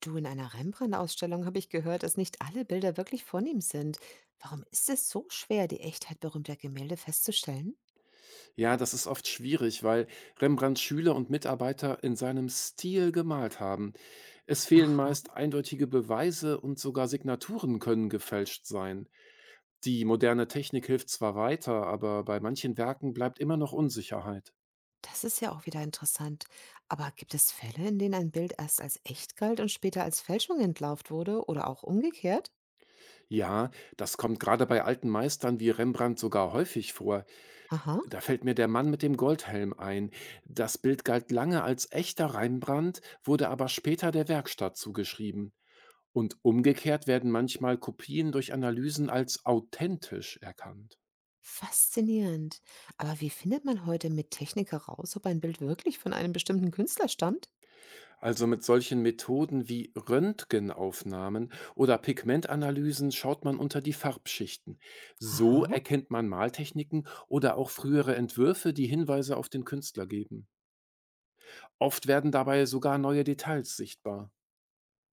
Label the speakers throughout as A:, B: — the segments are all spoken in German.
A: Du, in einer Rembrandt-Ausstellung habe ich gehört, dass nicht alle Bilder wirklich von ihm sind. Warum ist es so schwer, die Echtheit berühmter Gemälde festzustellen?
B: Ja, das ist oft schwierig, weil Rembrandts Schüler und Mitarbeiter in seinem Stil gemalt haben. Es fehlen
A: Aha,
B: meist eindeutige Beweise und sogar Signaturen können gefälscht sein. Die moderne Technik hilft zwar weiter, aber bei manchen Werken bleibt immer noch Unsicherheit.
A: das ist ja auch wieder interessant. Aber gibt es Fälle, in denen ein Bild erst als echt galt und später als Fälschung entlarvt wurde oder auch umgekehrt?
B: Ja, das kommt gerade bei alten Meistern wie Rembrandt sogar häufig vor.
A: Aha,
B: Da fällt mir der Mann mit dem Goldhelm ein. Das Bild galt lange als echter Rembrandt, wurde aber später der Werkstatt zugeschrieben. Und umgekehrt werden manchmal Kopien durch Analysen als authentisch erkannt.
A: faszinierend. Aber wie findet man heute mit Technik heraus, ob ein Bild wirklich von einem bestimmten Künstler stammt?
B: Also mit solchen Methoden wie Röntgenaufnahmen oder Pigmentanalysen schaut man unter die Farbschichten. So
A: Aha.
B: erkennt man Maltechniken oder auch frühere Entwürfe, die Hinweise auf den Künstler geben. Oft werden dabei sogar neue Details sichtbar.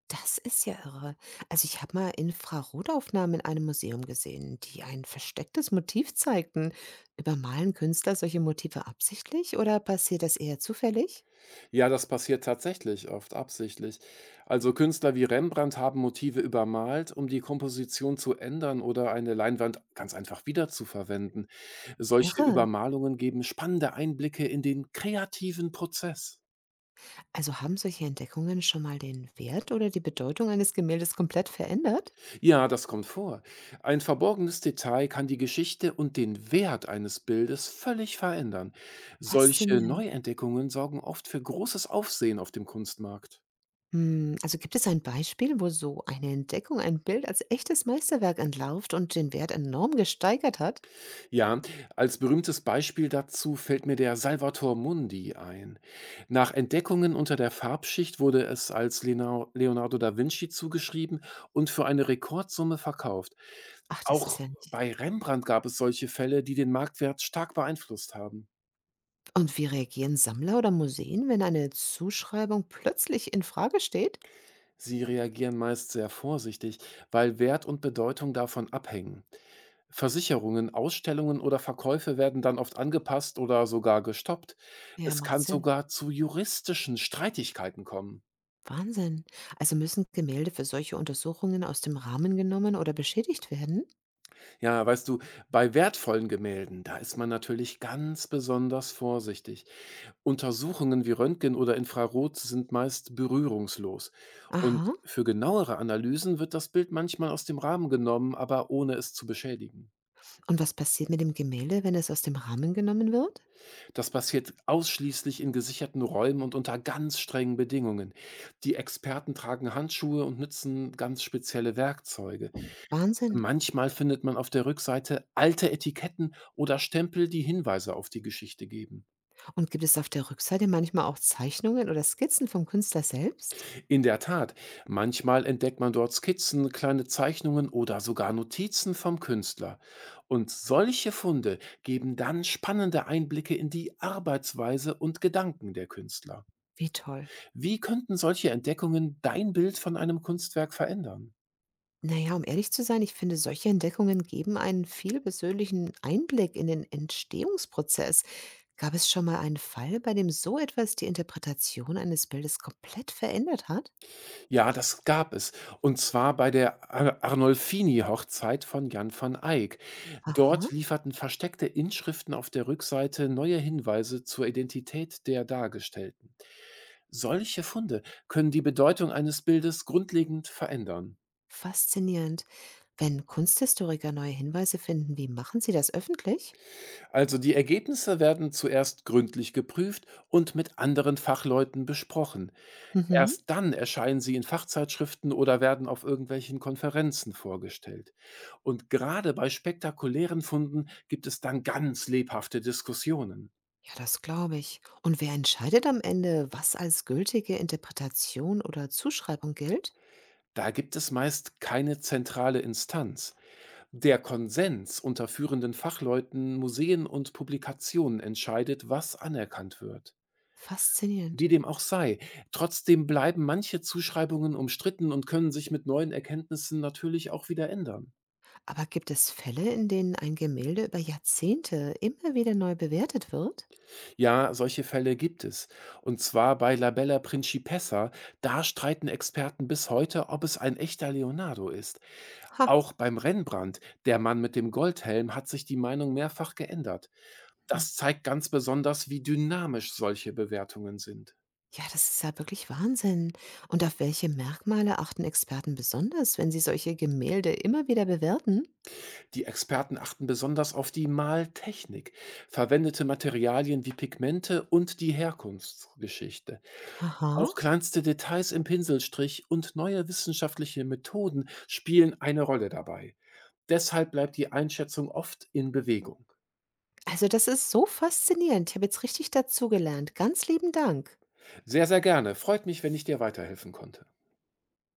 A: Das ist ja irre. Also ich habe mal Infrarotaufnahmen in einem Museum gesehen, die ein verstecktes Motiv zeigten. Übermalen Künstler solche Motive absichtlich oder passiert das eher zufällig?
B: Ja, das passiert tatsächlich oft absichtlich. Also Künstler wie Rembrandt haben Motive übermalt, um die Komposition zu ändern oder eine Leinwand ganz einfach wiederzuverwenden. Solche
A: Irre.
B: Übermalungen geben spannende Einblicke in den kreativen Prozess.
A: Also haben solche Entdeckungen schon mal den Wert oder die Bedeutung eines Gemäldes komplett verändert?
B: Ja, das kommt vor. Ein verborgenes Detail kann die Geschichte und den Wert eines Bildes völlig verändern. Solche
A: Faszinierend.
B: Neuentdeckungen sorgen oft für großes Aufsehen auf dem Kunstmarkt.
A: Also gibt es ein Beispiel, wo so eine Entdeckung ein Bild als echtes Meisterwerk entlarvt und den Wert enorm gesteigert hat?
B: Ja, als berühmtes Beispiel dazu fällt mir der Salvator Mundi ein. Nach Entdeckungen unter der Farbschicht wurde es als Leonardo da Vinci zugeschrieben und für eine Rekordsumme verkauft.
A: Ach, das ist ja.
B: Auch bei Rembrandt gab es solche Fälle, die den Marktwert stark beeinflusst haben.
A: Und wie reagieren Sammler oder Museen, wenn eine Zuschreibung plötzlich in Frage steht?
B: Sie reagieren meist sehr vorsichtig, weil Wert und Bedeutung davon abhängen. Versicherungen, Ausstellungen oder Verkäufe werden dann oft angepasst oder sogar gestoppt.
A: Ja,
B: Es
A: macht
B: kann
A: Sinn.
B: sogar zu juristischen Streitigkeiten kommen.
A: Wahnsinn. Also müssen Gemälde für solche Untersuchungen aus dem Rahmen genommen oder beschädigt werden?
B: Ja, weißt du, bei wertvollen Gemälden, da ist man natürlich ganz besonders vorsichtig. Untersuchungen wie Röntgen oder Infrarot sind meist berührungslos. Und
A: Aha.
B: für genauere Analysen wird das Bild manchmal aus dem Rahmen genommen, aber ohne es zu beschädigen.
A: Und was passiert mit dem Gemälde, wenn es aus dem Rahmen genommen wird?
B: Das passiert ausschließlich in gesicherten Räumen und unter ganz strengen Bedingungen. Die Experten tragen Handschuhe und nutzen ganz spezielle Werkzeuge.
A: Wahnsinn.
B: Manchmal findet man auf der Rückseite alte Etiketten oder Stempel, die Hinweise auf die Geschichte geben.
A: Und gibt es auf der Rückseite manchmal auch Zeichnungen oder Skizzen vom Künstler selbst?
B: In der Tat, manchmal entdeckt man dort Skizzen, kleine Zeichnungen oder sogar Notizen vom Künstler. Und solche Funde geben dann spannende Einblicke in die Arbeitsweise und Gedanken der Künstler.
A: Wie toll.
B: Wie könnten solche Entdeckungen dein Bild von einem Kunstwerk verändern?
A: Naja, um ehrlich zu sein, ich finde, solche Entdeckungen geben einen viel persönlichen Einblick in den Entstehungsprozess. Gab es schon mal einen Fall, bei dem so etwas die Interpretation eines Bildes komplett verändert hat?
B: Ja, das gab es. Und zwar bei der Ar Arnolfini-Hochzeit von Jan van Eyck. Dort
A: Aha,
B: lieferten versteckte Inschriften auf der Rückseite neue Hinweise zur Identität der Dargestellten. Solche Funde können die Bedeutung eines Bildes grundlegend verändern.
A: faszinierend. Wenn Kunsthistoriker neue Hinweise finden, wie machen sie das öffentlich?
B: Also die Ergebnisse werden zuerst gründlich geprüft und mit anderen Fachleuten besprochen.
A: Mhm.
B: Erst dann erscheinen sie in Fachzeitschriften oder werden auf irgendwelchen Konferenzen vorgestellt. Und gerade bei spektakulären Funden gibt es dann ganz lebhafte Diskussionen.
A: Ja, das glaube ich. Und wer entscheidet am Ende, was als gültige Interpretation oder Zuschreibung gilt?
B: Da gibt es meist keine zentrale Instanz. Der Konsens unter führenden Fachleuten, Museen und Publikationen entscheidet, was anerkannt wird. Wie
A: Faszinierend.
B: dem auch sei, trotzdem bleiben manche Zuschreibungen umstritten und können sich mit neuen Erkenntnissen natürlich auch wieder ändern.
A: Aber gibt es Fälle, in denen ein Gemälde über Jahrzehnte immer wieder neu bewertet wird?
B: Ja, solche Fälle gibt es. Und zwar bei Labella principessa. Da streiten Experten bis heute, ob es ein echter Leonardo ist.
A: Ha.
B: Auch beim Rembrandt, der Mann mit dem Goldhelm, hat sich die Meinung mehrfach geändert. Das zeigt ganz besonders, wie dynamisch solche Bewertungen sind.
A: Ja, das ist ja wirklich Wahnsinn. Und auf welche Merkmale achten Experten besonders, wenn sie solche Gemälde immer wieder bewerten?
B: Die Experten achten besonders auf die Maltechnik, verwendete Materialien wie Pigmente und die Herkunftsgeschichte.
A: Aha.
B: Auch kleinste Details im Pinselstrich und neue wissenschaftliche Methoden spielen eine Rolle dabei. Deshalb bleibt die Einschätzung oft in Bewegung.
A: Also das ist so faszinierend. Ich habe jetzt richtig dazugelernt. Ganz lieben Dank.
B: Sehr, sehr gerne. Freut mich, wenn ich dir weiterhelfen konnte.